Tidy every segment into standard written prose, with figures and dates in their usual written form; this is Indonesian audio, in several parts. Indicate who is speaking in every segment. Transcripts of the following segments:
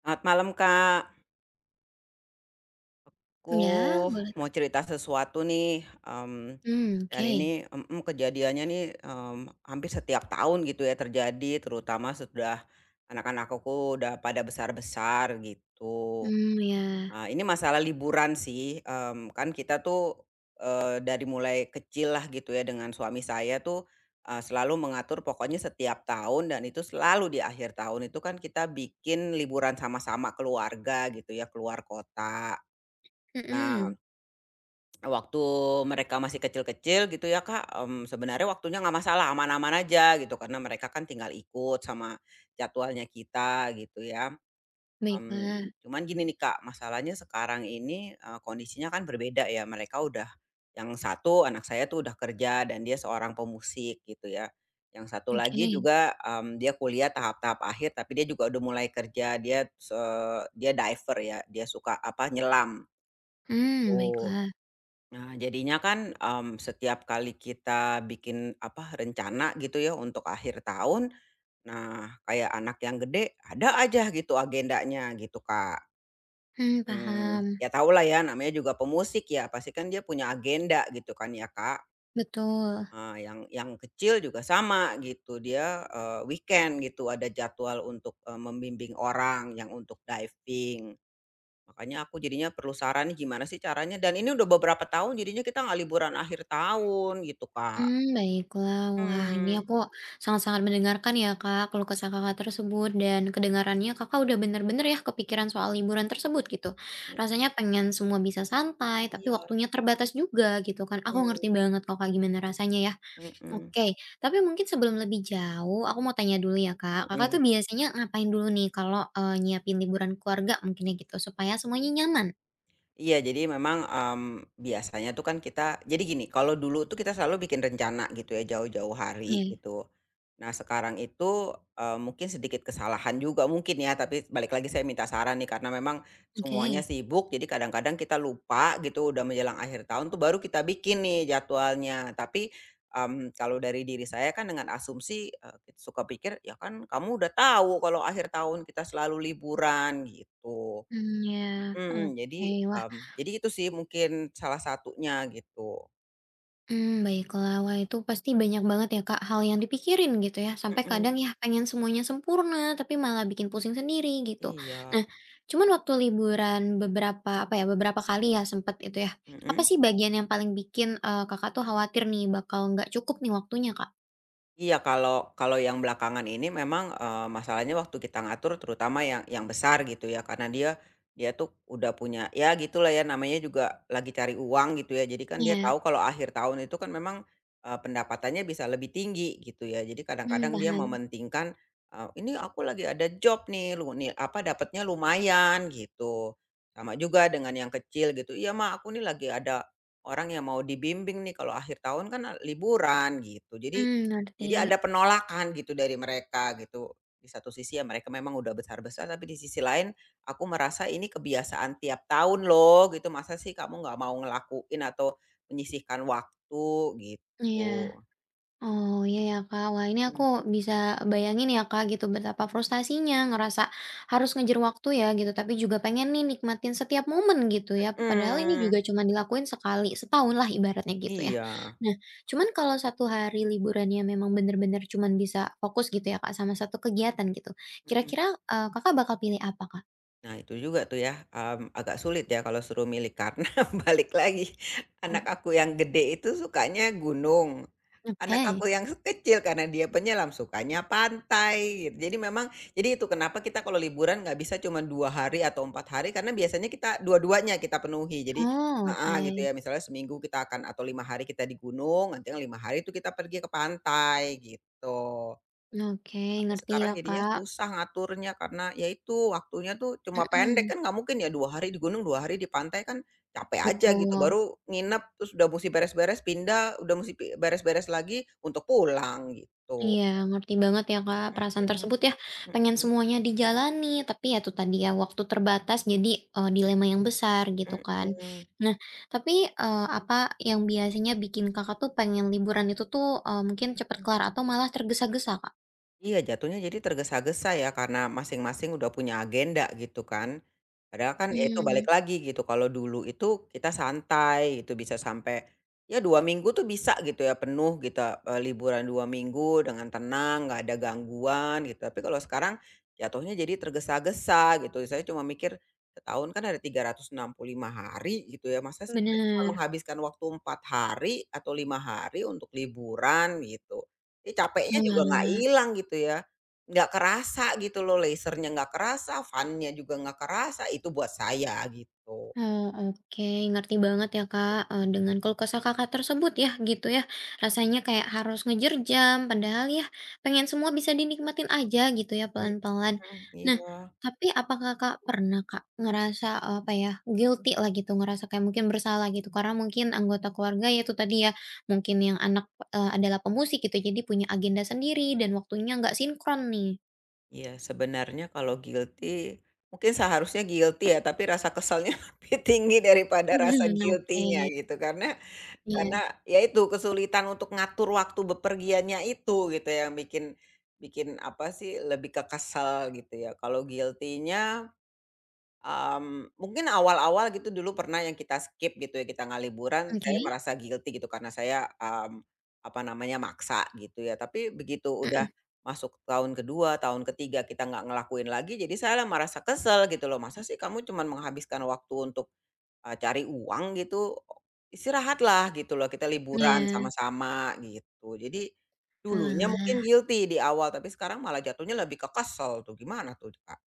Speaker 1: Selamat malam, Kak.
Speaker 2: Ya,
Speaker 1: Aku
Speaker 2: boleh Kak.
Speaker 1: mau cerita sesuatu nih, mmm, dan
Speaker 2: Oke.
Speaker 1: ini kejadiannya nih, hampir setiap tahun gitu ya terjadi, terutama sesudah anak-anak aku udah pada besar-besar gitu.
Speaker 2: Ya.
Speaker 1: Nah, ini masalah liburan sih, kan kita tuh, dari mulai kecil lah gitu ya dengan suami saya tuh, selalu mengatur pokoknya setiap tahun dan itu selalu di akhir tahun itu kan kita bikin liburan sama-sama keluarga gitu ya, keluar kota. Nah,
Speaker 2: Mhm,
Speaker 1: waktu mereka masih kecil-kecil gitu ya Kak, sebenarnya waktunya nggak masalah, aman-aman aja gitu, karena mereka kan tinggal ikut sama jadwalnya kita gitu ya. Mmm,
Speaker 2: baiklah.
Speaker 1: cuman gini nih Kak, masalahnya sekarang ini, kondisinya kan berbeda ya, mereka udah yang satu anak saya tuh udah kerja dan dia seorang pemusik gitu ya. Yang satu lagi
Speaker 2: Oke.
Speaker 1: juga, dia kuliah tahap-tahap akhir tapi dia juga udah mulai kerja, dia diver ya, dia suka, apa, nyelam, tuh.
Speaker 2: Baiklah.
Speaker 1: Nah, jadinya kan, setiap kali kita bikin, apa, rencana gitu ya untuk akhir tahun, nah, kayak anak yang gede, ada aja gitu agendanya gitu, Kak.
Speaker 2: Paham.
Speaker 1: Ya tau lah ya namanya juga pemusik ya, pasti kan dia punya agenda gitu kan ya, Kak.
Speaker 2: Betul.
Speaker 1: Yang kecil juga sama gitu, dia, weekend gitu, ada jadwal untuk, membimbing orang yang untuk diving. Makanya aku jadinya perlu saran nih gimana sih caranya dan ini udah beberapa tahun jadinya kita nggak liburan akhir tahun gitu, Kak.
Speaker 2: Baiklah. Wah, ini
Speaker 1: Mmm.
Speaker 2: aku sangat-sangat mendengarkan ya Kak, keluh kesah Kakak tersebut dan kedengarannya Kakak udah bener-bener ya kepikiran soal liburan tersebut gitu.
Speaker 1: Mmm,
Speaker 2: Rasanya pengen semua bisa santai, tapi
Speaker 1: iya,
Speaker 2: waktunya terbatas juga gitu kan. Aku ngerti
Speaker 1: mhm,
Speaker 2: banget kok Kak gimana rasanya ya.
Speaker 1: mhm,
Speaker 2: Oke, tapi mungkin sebelum lebih jauh, aku mau tanya dulu ya Kak, Kakak
Speaker 1: mhm.
Speaker 2: tuh biasanya ngapain dulu nih kalau, nyiapin liburan keluarga mungkin ya gitu, supaya semuanya nyaman?
Speaker 1: Iya, jadi memang, biasanya tuh kan kita jadi gini, kalau dulu tuh kita selalu bikin rencana gitu ya, jauh-jauh hari
Speaker 2: Iya,
Speaker 1: gitu. Nah, sekarang itu, mungkin sedikit kesalahan juga mungkin ya, tapi balik lagi saya minta saran nih, karena memang semuanya
Speaker 2: oke.
Speaker 1: sibuk, jadi kadang-kadang kita lupa gitu, udah menjelang akhir tahun tuh baru kita bikin nih jadwalnya. Tapi, kalau dari diri saya kan dengan asumsi, suka pikir, "Ya kan kamu udah tahu kalau akhir tahun kita selalu liburan," gitu.
Speaker 2: Ya,
Speaker 1: Mhm, jadi,
Speaker 2: oke. Wah,
Speaker 1: mmm, jadi itu sih mungkin salah satunya gitu.
Speaker 2: hmm, baiklah. Wah itu pasti banyak banget ya Kak hal yang dipikirin gitu ya, sampai
Speaker 1: Mhm,
Speaker 2: kadang ya pengen semuanya sempurna, tapi malah bikin pusing sendiri gitu.
Speaker 1: iya,
Speaker 2: Nah, cuman waktu liburan beberapa apa ya, beberapa kali ya sempet itu ya, apa
Speaker 1: mhm.
Speaker 2: sih bagian yang paling bikin, Kakak tuh khawatir nih bakal nggak cukup nih waktunya, Kak?
Speaker 1: Iya, kalau kalau yang belakangan ini memang, masalahnya waktu kita ngatur terutama yang besar gitu ya, karena dia dia tuh udah punya ya gitulah ya namanya juga lagi cari uang gitu ya, jadi kan dia
Speaker 2: Iya,
Speaker 1: tahu kalau akhir tahun itu kan memang, pendapatannya bisa lebih tinggi gitu ya. Jadi kadang-kadang dia
Speaker 2: paham,
Speaker 1: mementingkan, "Ini aku lagi ada job nih, lu nih apa, dapatnya lumayan," gitu. Sama juga dengan yang kecil gitu, "Iya, mak aku nih lagi ada orang yang mau dibimbing nih kalau akhir tahun kan liburan," gitu. Jadi
Speaker 2: ngerti,
Speaker 1: jadi ada penolakan gitu dari mereka gitu. Di satu sisi ya mereka memang udah besar-besar, tapi di sisi lain aku merasa ini kebiasaan tiap tahun loh gitu, masa sih kamu nggak mau ngelakuin atau menyisihkan waktu gitu.
Speaker 2: iya, oh, iya ya, Kak, wah, ini aku bisa bayangin ya, Kak, gitu betapa frustasinya ngerasa harus ngejar waktu ya gitu, tapi juga pengen nih nikmatin setiap momen gitu ya, padahal ini
Speaker 1: Mhm,
Speaker 2: juga cuma dilakuin sekali setahun lah ibaratnya gitu ya.
Speaker 1: iya,
Speaker 2: Nah, cuman kalau satu hari liburannya memang bener-bener cuman bisa fokus gitu ya, Kak, sama satu kegiatan gitu,
Speaker 1: mhm.
Speaker 2: kira-kira, Kakak bakal pilih apa, Kak?
Speaker 1: Nah itu juga tuh ya, agak sulit ya kalau suruh milih karena balik lagi, anak
Speaker 2: Mmm,
Speaker 1: aku yang gede itu sukanya gunung, anak
Speaker 2: oke,
Speaker 1: aku yang kecil karena dia penyelam sukanya pantai gitu. Jadi memang, itu kenapa kita kalau liburan nggak bisa cuma 2 hari atau 4 hari karena biasanya kita dua-duanya kita penuhi. Jadi
Speaker 2: oh,
Speaker 1: heeh,
Speaker 2: oke,
Speaker 1: gitu ya misalnya seminggu kita akan atau 5 hari kita di gunung, nanti yang 5 hari itu kita pergi ke pantai gitu.
Speaker 2: oke, ngerti
Speaker 1: Sekarang
Speaker 2: ya,
Speaker 1: jadinya
Speaker 2: Kak.
Speaker 1: susah ngaturnya karena ya itu waktunya tuh cuma pendek
Speaker 2: Mhm,
Speaker 1: kan nggak mungkin ya 2 hari di gunung, 2 hari di pantai kan capek aja gitu
Speaker 2: betul.
Speaker 1: baru nginep terus udah mesti beres-beres pindah, udah mesti beres-beres lagi untuk pulang gitu.
Speaker 2: Iya, ngerti banget ya, Kak,
Speaker 1: Mhm,
Speaker 2: perasaan tersebut ya. Pengen semuanya dijalani, tapi ya itu tadi ya, waktu terbatas jadi, dilema yang besar gitu
Speaker 1: mhm,
Speaker 2: kan.
Speaker 1: mhm.
Speaker 2: Nah, tapi, apa yang biasanya bikin Kakak tuh pengen liburan itu tuh, mungkin cepet kelar atau malah tergesa-gesa, Kak?
Speaker 1: Iya, jatuhnya jadi tergesa-gesa ya, karena masing-masing udah punya agenda gitu kan. Padahal kan ya itu
Speaker 2: Hmm,
Speaker 1: balik lagi gitu, kalau dulu itu kita santai gitu, bisa sampai ya 2 minggu tuh bisa gitu ya, penuh gitu, liburan 2 minggu dengan tenang, nggak ada gangguan gitu. Tapi kalau sekarang jatuhnya jadi tergesa-gesa gitu, saya cuma mikir setahun kan ada 365 hari gitu ya, masa sih kita cuma
Speaker 2: bener.
Speaker 1: menghabiskan waktu 4 hari atau 5 hari untuk liburan gitu. Jadi capeknya juga nggak
Speaker 2: Wah.
Speaker 1: hilang gitu ya, nggak kerasa gitu loh, lasernya nggak kerasa, fun-nya juga nggak kerasa, itu buat saya gitu.
Speaker 2: Oke, ngerti banget ya, Kak, dengan keluh kesah Kakak tersebut ya, gitu ya. Rasanya kayak harus ngejar jam, padahal ya pengen semua bisa dinikmatin aja gitu ya, pelan-pelan.
Speaker 1: Mhm,
Speaker 2: Nah,
Speaker 1: iya.
Speaker 2: tapi apakah Kakak pernah, Kak, ngerasa, apa ya, guilty lah gitu, ngerasa kayak mungkin bersalah gitu, karena mungkin anggota keluarga ya itu tadi ya, mungkin yang anak, adalah pemusik gitu, jadi punya agenda sendiri dan waktunya nggak sinkron nih?
Speaker 1: Iya, sebenarnya kalau guilty, mungkin seharusnya guilty ya, tapi rasa kesalnya lebih tinggi daripada rasa
Speaker 2: Oke.
Speaker 1: guilty-nya gitu. Karena
Speaker 2: Iya,
Speaker 1: karena ya itu, kesulitan untuk ngatur waktu bepergiannya itu gitu ya, yang bikin bikin apa sih, lebih ke kesel gitu ya. Kalau guilty-nya, mungkin awal-awal gitu dulu pernah yang kita skip gitu ya, kita nggak liburan,
Speaker 2: oke.
Speaker 1: saya merasa guilty gitu karena saya, mmm, apa namanya, maksa gitu ya. Tapi begitu udah
Speaker 2: Mhm,
Speaker 1: masuk tahun kedua tahun ketiga kita nggak ngelakuin lagi, jadi saya lah merasa kesel gitu loh, "Masa sih kamu cuman menghabiskan waktu untuk, cari uang gitu? Istirahatlah," gitu loh, "kita liburan
Speaker 2: iya,
Speaker 1: sama-sama," gitu. Jadi dulunya mungkin
Speaker 2: oalah.
Speaker 1: guilty di awal, tapi sekarang malah jatuhnya lebih ke kesel tuh, gimana tuh, Kak?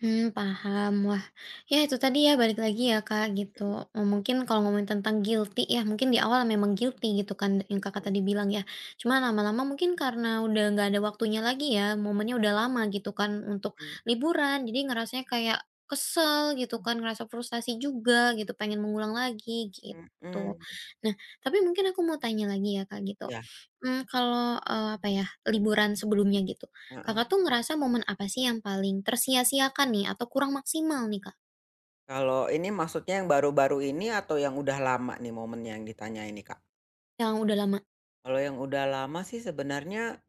Speaker 2: Hmm, paham. Wah, ya itu tadi ya balik lagi ya Kak gitu, mungkin kalau ngomongin tentang guilty ya mungkin di awal memang guilty gitu kan yang Kakak
Speaker 1: Mhm,
Speaker 2: tadi bilang ya. Cuman lama-lama mungkin karena udah nggak ada waktunya lagi ya, momennya udah lama gitu kan untuk
Speaker 1: mhm,
Speaker 2: liburan, jadi ngerasanya kayak kesel gitu kan, ngerasa frustasi juga gitu, pengen mengulang lagi
Speaker 1: mhm,
Speaker 2: gitu.
Speaker 1: mhm.
Speaker 2: Nah, tapi mungkin aku mau tanya lagi ya Kak gitu,
Speaker 1: Iya,
Speaker 2: hmm kalau, apa ya, liburan sebelumnya gitu,
Speaker 1: heeh.
Speaker 2: Kakak tuh ngerasa momen apa sih yang paling tersia-siakan nih atau kurang maksimal nih, Kak,
Speaker 1: Kalau ini maksudnya yang baru-baru ini atau yang udah lama nih momennya yang ditanya ini, Kak?
Speaker 2: yang udah lama?
Speaker 1: Kalau yang udah lama sih sebenarnya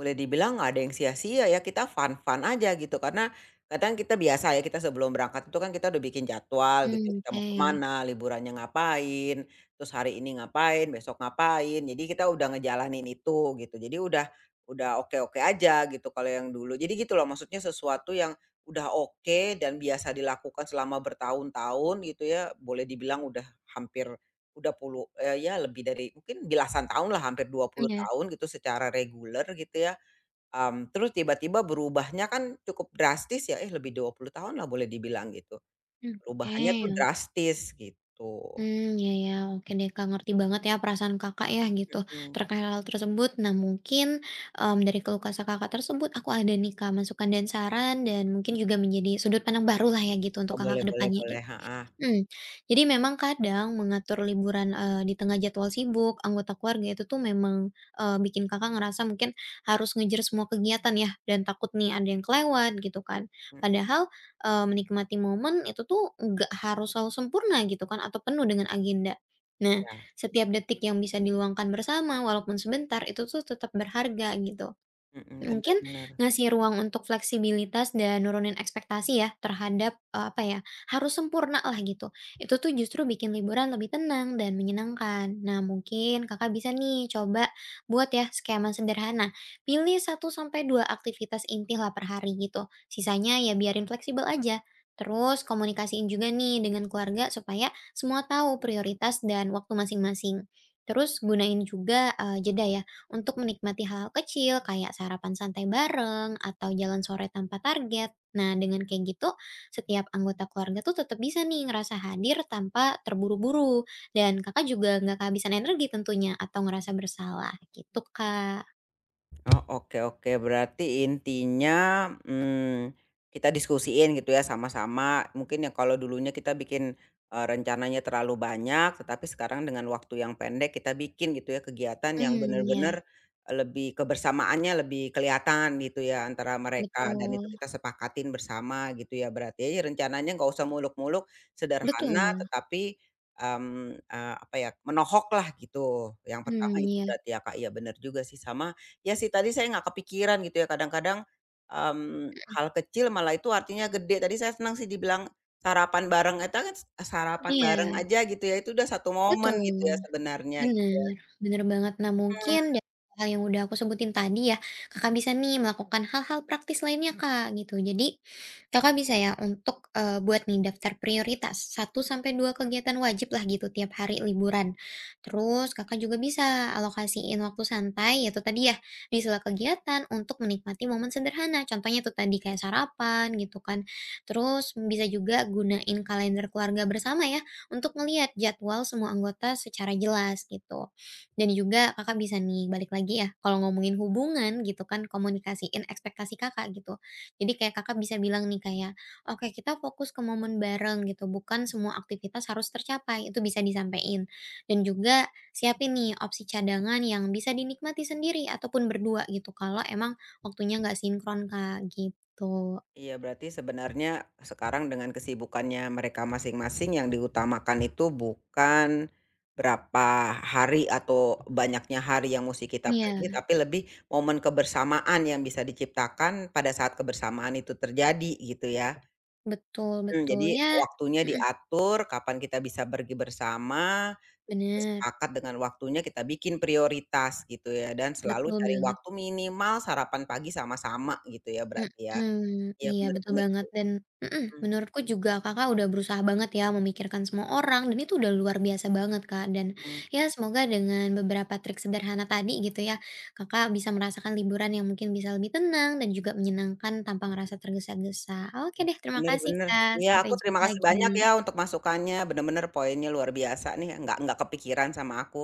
Speaker 1: boleh dibilang nggak ada yang sia-sia ya, kita fun-fun aja gitu, karena kadang kita biasa ya, kita sebelum berangkat itu kan kita udah bikin jadwal gitu, kita
Speaker 2: Oke.
Speaker 1: mau kemana liburannya ngapain, terus hari ini ngapain, besok ngapain, jadi kita udah ngejalanin itu gitu. Jadi udah oke-oke aja gitu kalau yang dulu. Jadi gitu loh, maksudnya sesuatu yang udah oke dan biasa dilakukan selama bertahun-tahun gitu ya, boleh dibilang udah hampir ya lebih dari mungkin belasan tahun lah, hampir dua puluh
Speaker 2: Iya,
Speaker 1: tahun gitu secara reguler gitu ya. Terus tiba-tiba berubahnya kan cukup drastis ya, eh, lebih 20 tahun lah boleh dibilang gitu.
Speaker 2: oke.
Speaker 1: Perubahannya tuh drastis gitu.
Speaker 2: Hmm, ya ya, oke deh, Kak, ngerti banget ya perasaan Kakak ya gitu
Speaker 1: Mhm.
Speaker 2: terkait hal tersebut. Nah mungkin, dari keluh kesah Kakak tersebut aku ada nih, Kak, masukan dan saran dan mungkin juga menjadi sudut pandang barulah ya gitu untuk
Speaker 1: Oh,
Speaker 2: Kakak
Speaker 1: boleh
Speaker 2: ke
Speaker 1: boleh
Speaker 2: depannya git.
Speaker 1: boleh, heeh.
Speaker 2: Mhm, jadi memang kadang mengatur liburan, di tengah jadwal sibuk anggota keluarga itu tuh memang, bikin Kakak ngerasa mungkin harus ngejar semua kegiatan ya dan takut nih ada yang kelewat gitu kan.
Speaker 1: Mhm,
Speaker 2: Padahal, menikmati momen itu tuh nggak harus selalu sempurna gitu kan atau penuh dengan agenda. Nah,
Speaker 1: iya,
Speaker 2: setiap detik yang bisa diluangkan bersama walaupun sebentar itu tuh tetap berharga gitu.
Speaker 1: mhm, bener
Speaker 2: Mungkin
Speaker 1: bener.
Speaker 2: ngasih ruang untuk fleksibilitas dan nurunin ekspektasi ya terhadap, apa ya, harus sempurna lah gitu. Itu tuh justru bikin liburan lebih tenang dan menyenangkan. Nah, mungkin Kakak bisa nih coba buat ya skema sederhana. Pilih satu sampai 2 aktivitas inti lah per hari gitu, sisanya ya biarin fleksibel aja. Terus komunikasiin juga nih dengan keluarga supaya semua tahu prioritas dan waktu masing-masing. Terus gunain juga, jeda ya untuk menikmati hal-hal kecil kayak sarapan santai bareng atau jalan sore tanpa target. Nah, dengan kayak gitu, setiap anggota keluarga tuh tetap bisa nih ngerasa hadir tanpa terburu-buru. Dan kakak juga nggak kehabisan energi tentunya atau ngerasa bersalah gitu, Kak.
Speaker 1: Oh, oke oke. Berarti intinya, kita diskusiin gitu ya sama-sama. Mungkin yang kalau dulunya kita bikin, rencananya terlalu banyak, tetapi sekarang dengan waktu yang pendek kita bikin gitu ya kegiatan yang
Speaker 2: Hmm ya,
Speaker 1: benar-benar lebih kebersamaannya lebih kelihatan gitu ya antara mereka dan itu
Speaker 2: betul.
Speaker 1: kita sepakatin bersama gitu ya berarti. Jadi rencananya nggak usah muluk-muluk, sederhana
Speaker 2: Betul.
Speaker 1: tetapi, apa ya, menohok lah gitu. Yang pertama
Speaker 2: Hmm
Speaker 1: itu
Speaker 2: ya,
Speaker 1: berarti ya, Kak, iya benar juga sih. Sama ya sih tadi saya nggak kepikiran gitu ya kadang-kadang, mmm,
Speaker 2: mhm,
Speaker 1: hal kecil malah itu artinya gede. Tadi saya senang sih dibilang sarapan bareng, eta kan sarapan bareng
Speaker 2: iya,
Speaker 1: aja gitu ya, itu udah satu momen gitu ya
Speaker 2: betul.
Speaker 1: sebenarnya.
Speaker 2: Bener, bener banget. Nah mungkin
Speaker 1: Mhm.
Speaker 2: dari hal yang udah aku sebutin tadi ya, Kakak bisa nih melakukan hal-hal praktis lainnya Kak, gitu. Jadi, Kakak bisa ya untuk, buat nih daftar prioritas satu sampai 2 kegiatan wajib lah gitu tiap hari liburan. Terus Kakak juga bisa alokasiin waktu santai, yaitu tadi ya, di sela kegiatan untuk menikmati momen sederhana. Contohnya tuh tadi kayak sarapan gitu kan. Terus bisa juga gunain kalender keluarga bersama ya untuk ngelihat jadwal semua anggota secara jelas gitu. Dan juga Kakak bisa nih balik lagi ya kalau ngomongin hubungan gitu kan komunikasiin ekspektasi Kakak gitu. Jadi kayak Kakak bisa bilang nih kayak, "Oke kita fokus ke momen bareng gitu bukan semua aktivitas harus tercapai." Itu bisa disampaikan. Dan juga siapin nih opsi cadangan yang bisa dinikmati sendiri ataupun berdua gitu kalau emang waktunya nggak sinkron Kak gitu.
Speaker 1: Iya berarti sebenarnya sekarang dengan kesibukannya mereka masing-masing yang diutamakan itu bukan berapa hari atau banyaknya hari yang mesti kita pergi,
Speaker 2: Iya,
Speaker 1: tapi lebih momen kebersamaan yang bisa diciptakan pada saat kebersamaan itu terjadi gitu ya?
Speaker 2: betul
Speaker 1: Mhm,
Speaker 2: betul.
Speaker 1: jadi
Speaker 2: Ya
Speaker 1: waktunya
Speaker 2: mhm,
Speaker 1: diatur, kapan kita bisa pergi bersama, terus
Speaker 2: bener,
Speaker 1: sepakat dengan waktunya kita bikin prioritas gitu ya, dan selalu
Speaker 2: betul
Speaker 1: cari
Speaker 2: banget.
Speaker 1: waktu minimal sarapan pagi sama-sama gitu ya berarti ya?
Speaker 2: Mhm,
Speaker 1: Iya
Speaker 2: iya
Speaker 1: bener
Speaker 2: betul
Speaker 1: bener,
Speaker 2: banget dan mhm,
Speaker 1: mhm
Speaker 2: menurutku juga Kakak udah berusaha banget ya memikirkan semua orang dan itu udah luar biasa banget Kak dan
Speaker 1: mhm,
Speaker 2: ya semoga dengan beberapa trik sederhana tadi gitu ya, Kakak bisa merasakan liburan yang mungkin bisa lebih tenang dan juga menyenangkan tanpa ngerasa tergesa-gesa. Oke
Speaker 1: iya,
Speaker 2: deh terima
Speaker 1: bener
Speaker 2: kasih
Speaker 1: bener.
Speaker 2: Kak,
Speaker 1: Iya
Speaker 2: sampai
Speaker 1: aku
Speaker 2: jumpa
Speaker 1: terima kasih banyak
Speaker 2: lagi.
Speaker 1: ya untuk masukannya, bener-bener poinnya luar biasa nih, nggak kepikiran sama aku.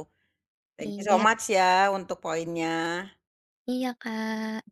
Speaker 1: Thank you so
Speaker 2: Iya
Speaker 1: much ya untuk poinnya.
Speaker 2: iya Kak.